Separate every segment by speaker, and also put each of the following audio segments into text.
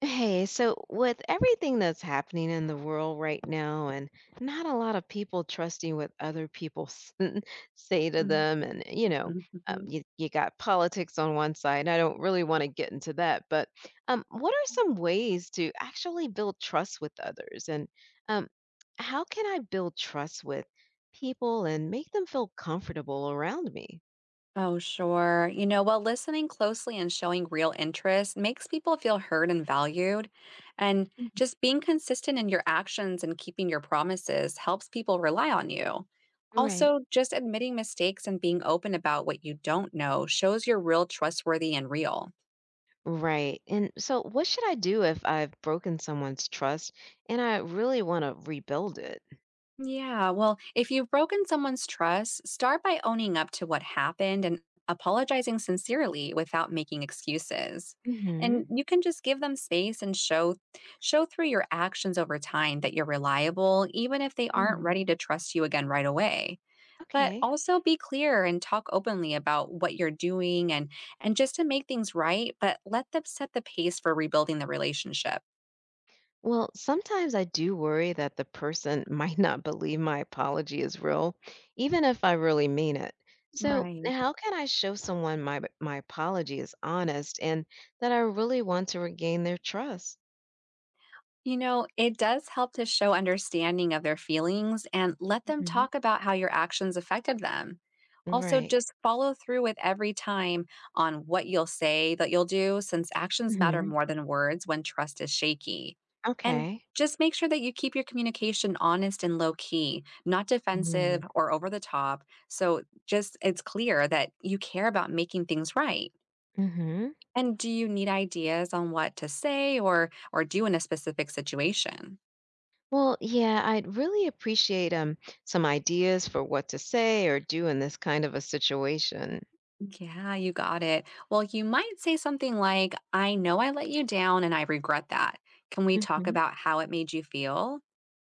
Speaker 1: Hey, so with everything that's happening in the world right now, and not a lot of people trusting what other people s- say to
Speaker 2: Mhm,
Speaker 1: them, um,
Speaker 2: mhm.
Speaker 1: you, you got politics on one side. I don't really want to get into that, but what are some ways to actually build trust with others? And um, how can I build trust with people and make them feel comfortable around me?
Speaker 2: Oh, sure. You know, well, listening closely and showing real interest makes people feel heard and valued. And
Speaker 1: Mhm.
Speaker 2: just being consistent in your actions and keeping your promises helps people rely on you.
Speaker 1: Right.
Speaker 2: Also, just admitting mistakes and being open about what you don't know shows you're real, trustworthy, and real.
Speaker 1: Right. And so, what should I do if I've broken someone's trust and I really want to rebuild it?
Speaker 2: Yeah, well, if you've broken someone's trust, start by owning up to what happened and apologizing sincerely without making excuses.
Speaker 1: hmm
Speaker 2: And you can just give them space and show through your actions over time that you're reliable even if they aren't
Speaker 1: mm
Speaker 2: ready to trust you again right away. But
Speaker 1: Okay.
Speaker 2: also be clear and talk openly about what you're doing and just to make things right, but let them set the pace for rebuilding the relationship.
Speaker 1: Well, sometimes I do worry that the person might not believe my apology is real, even if I really mean it. So,
Speaker 2: Right.
Speaker 1: how can I show someone my apology is honest and that I really want to regain their trust?
Speaker 2: You know, it does help to show understanding of their feelings and let them
Speaker 1: hmm
Speaker 2: talk about how your actions affected them. Also,
Speaker 1: Right.
Speaker 2: just follow through with every time on what you'll say that you'll do, since actions matter
Speaker 1: hmm
Speaker 2: more than words when trust is shaky. And
Speaker 1: Okay.
Speaker 2: just make sure that you keep your communication honest and low key, not defensive or over the top. So, just it's clear that you care about making things right.
Speaker 1: Mm-hmm.
Speaker 2: And do you need ideas on what to say or do in a specific situation?
Speaker 1: Well, yeah, I'd really appreciate some ideas for what to say or do in this kind of a situation.
Speaker 2: Yeah, you got it. Well, you might say something like, I know I let you down and I regret that. Can we talk
Speaker 1: hmm
Speaker 2: about how it made you feel?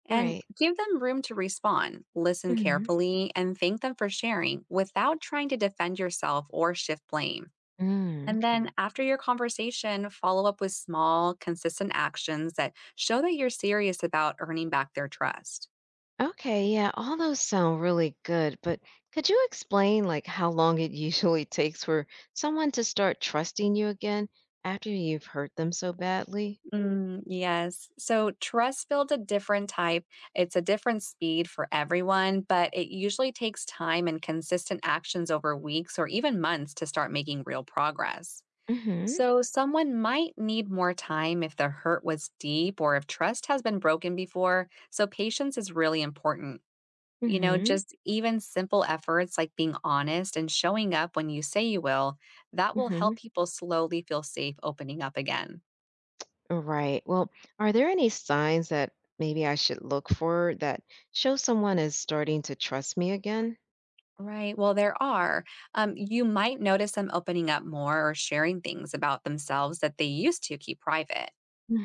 Speaker 2: And
Speaker 1: Right.
Speaker 2: give them room to respond. Listen
Speaker 1: hmm
Speaker 2: carefully and thank them for sharing without trying to defend yourself or shift blame.
Speaker 1: Mm,
Speaker 2: And
Speaker 1: okay.
Speaker 2: then after your conversation, follow up with small, consistent actions that show that you're serious about earning back their trust.
Speaker 1: Okay, yeah, all those sound really good, but could you explain like how long it usually takes for someone to start trusting you again after you've hurt them so badly?
Speaker 2: Mm, yes. So trust builds a different type. It's a different speed for everyone, but it usually takes time and consistent actions over weeks or even months to start making real progress.
Speaker 1: hmm
Speaker 2: So someone might need more time if the hurt was deep or if trust has been broken before. So patience is really important. You know,
Speaker 1: hmm
Speaker 2: just even simple efforts like being honest and showing up when you say you will, that will help
Speaker 1: hmm
Speaker 2: people slowly feel safe opening up again.
Speaker 1: Right. Well, are there any signs that maybe I should look for that show someone is starting to trust me again?
Speaker 2: Right. Well, there are. You might notice them opening up more or sharing things about themselves that they used to keep private.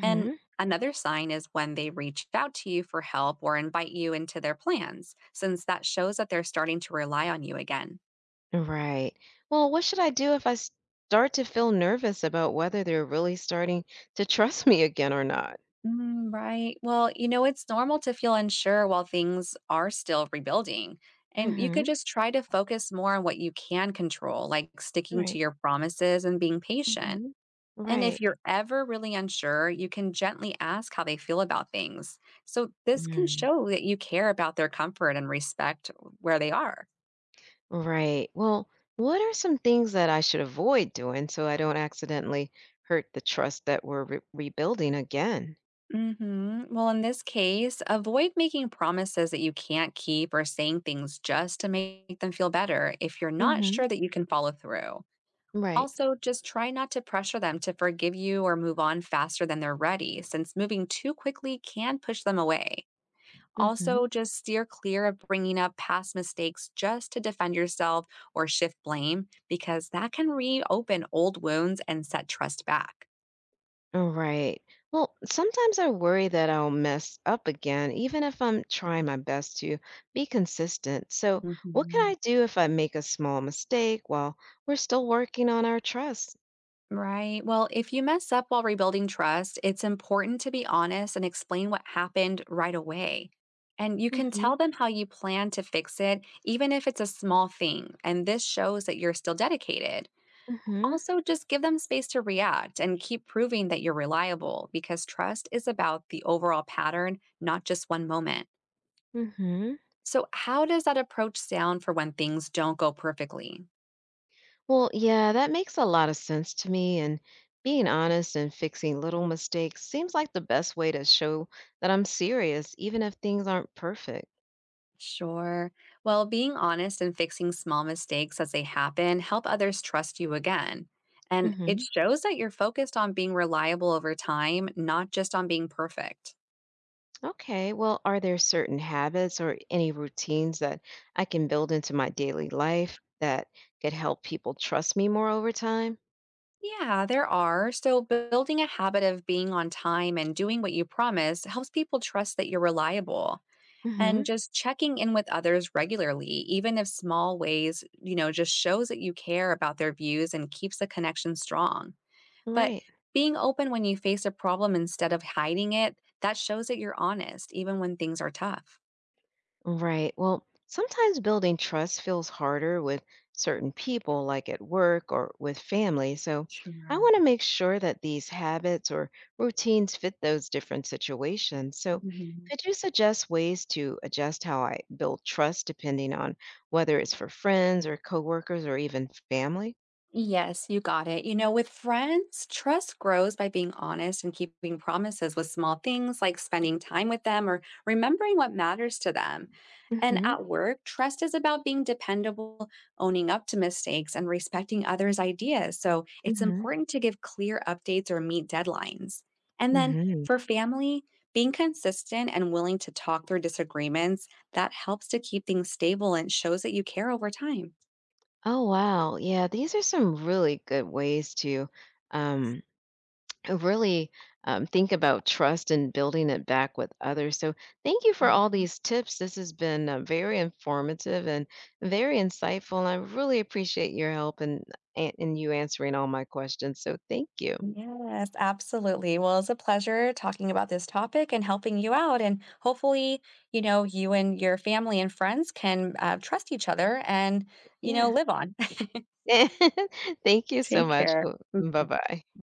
Speaker 2: And another sign is when they reach out to you for help or invite you into their plans, since that shows that they're starting to rely on you again.
Speaker 1: Right. Well, what should I do if I start to feel nervous about whether they're really starting to trust me again or not?
Speaker 2: Mm, right. Well, you know, it's normal to feel unsure while things are still rebuilding. And you could
Speaker 1: Mhm.
Speaker 2: just try to focus more on what you can control, like sticking to
Speaker 1: Right.
Speaker 2: your promises and being patient.
Speaker 1: Mhm.
Speaker 2: And if
Speaker 1: Right.
Speaker 2: you're ever really unsure, you can gently ask how they feel about things. So this can
Speaker 1: Mm.
Speaker 2: show that you care about their comfort and respect where they are.
Speaker 1: Right. Well, what are some things that I should avoid doing so I don't accidentally hurt the trust that we're rebuilding again?
Speaker 2: Well, in this case, avoid making promises that you can't keep or saying things just to make them feel better if you're not
Speaker 1: Mhm.
Speaker 2: sure that you can follow through.
Speaker 1: Right.
Speaker 2: Also, just try not to pressure them to forgive you or move on faster than they're ready, since moving too quickly can push them away.
Speaker 1: Mhm.
Speaker 2: Also, just steer clear of bringing up past mistakes just to defend yourself or shift blame, because that can reopen old wounds and set trust back.
Speaker 1: All right. Well, sometimes I worry that I'll mess up again, even if I'm trying my best to be consistent. So, what can
Speaker 2: hmm
Speaker 1: I do if I make a small mistake while we're still working on our trust?
Speaker 2: Right. Well, if you mess up while rebuilding trust, it's important to be honest and explain what happened right away. And you can
Speaker 1: Mm-hmm.
Speaker 2: tell them how you plan to fix it, even if it's a small thing. And this shows that you're still dedicated.
Speaker 1: Mm-hmm.
Speaker 2: Also, just give them space to react and keep proving that you're reliable because trust is about the overall pattern, not just one moment.
Speaker 1: Mm-hmm.
Speaker 2: So, how does that approach sound for when things don't go perfectly?
Speaker 1: Well, yeah, that makes a lot of sense to me. And being honest and fixing little mistakes seems like the best way to show that I'm serious, even if things aren't perfect.
Speaker 2: Sure. Well, being honest and fixing small mistakes as they happen help others trust you again. And it shows that you're focused on being reliable over time, not just on being perfect.
Speaker 1: Okay, well, are there certain habits or any routines that I can build into my daily life that could help people trust me more over time?
Speaker 2: Yeah, there are. So, building a habit of being on time and doing what you promise helps people trust that you're reliable.
Speaker 1: hmm
Speaker 2: And just checking in with others regularly, even if small ways, you know, just shows that you care about their views and keeps the connection strong. But
Speaker 1: Right.
Speaker 2: being open when you face a problem instead of hiding it, that shows that you're honest, even when things are tough.
Speaker 1: Right. Well, sometimes building trust feels harder with certain people, like at work or with family. So I
Speaker 2: Sure.
Speaker 1: want to make sure that these habits or routines fit those different situations. So
Speaker 2: Mhm.
Speaker 1: could you suggest ways to adjust how I build trust depending on whether it's for friends or coworkers or even family?
Speaker 2: Yes, you got it. You know, with friends, trust grows by being honest and keeping promises with small things like spending time with them or remembering what matters to them. And
Speaker 1: hmm
Speaker 2: at work, trust is about being dependable, owning up to mistakes, and respecting others' ideas. So it's
Speaker 1: hmm
Speaker 2: important to give clear updates or meet deadlines. And then
Speaker 1: hmm
Speaker 2: for family, being consistent and willing to talk through disagreements, that helps to keep things stable and shows that you care over time.
Speaker 1: Oh, wow. Yeah, these are some really good ways to um, really think about trust and building it back with others. So, thank you for all
Speaker 2: Mm.
Speaker 1: these tips. This has been very informative and very insightful. And I really appreciate your help and and you answering all my questions. So, thank you.
Speaker 2: Yes, absolutely. Well, it's a pleasure talking about this topic and helping you out. And hopefully, you know, you and your family and friends can trust each other and, you know,
Speaker 1: Yeah.
Speaker 2: live on.
Speaker 1: Thank you so
Speaker 2: Take
Speaker 1: much.
Speaker 2: care.
Speaker 1: Bye bye.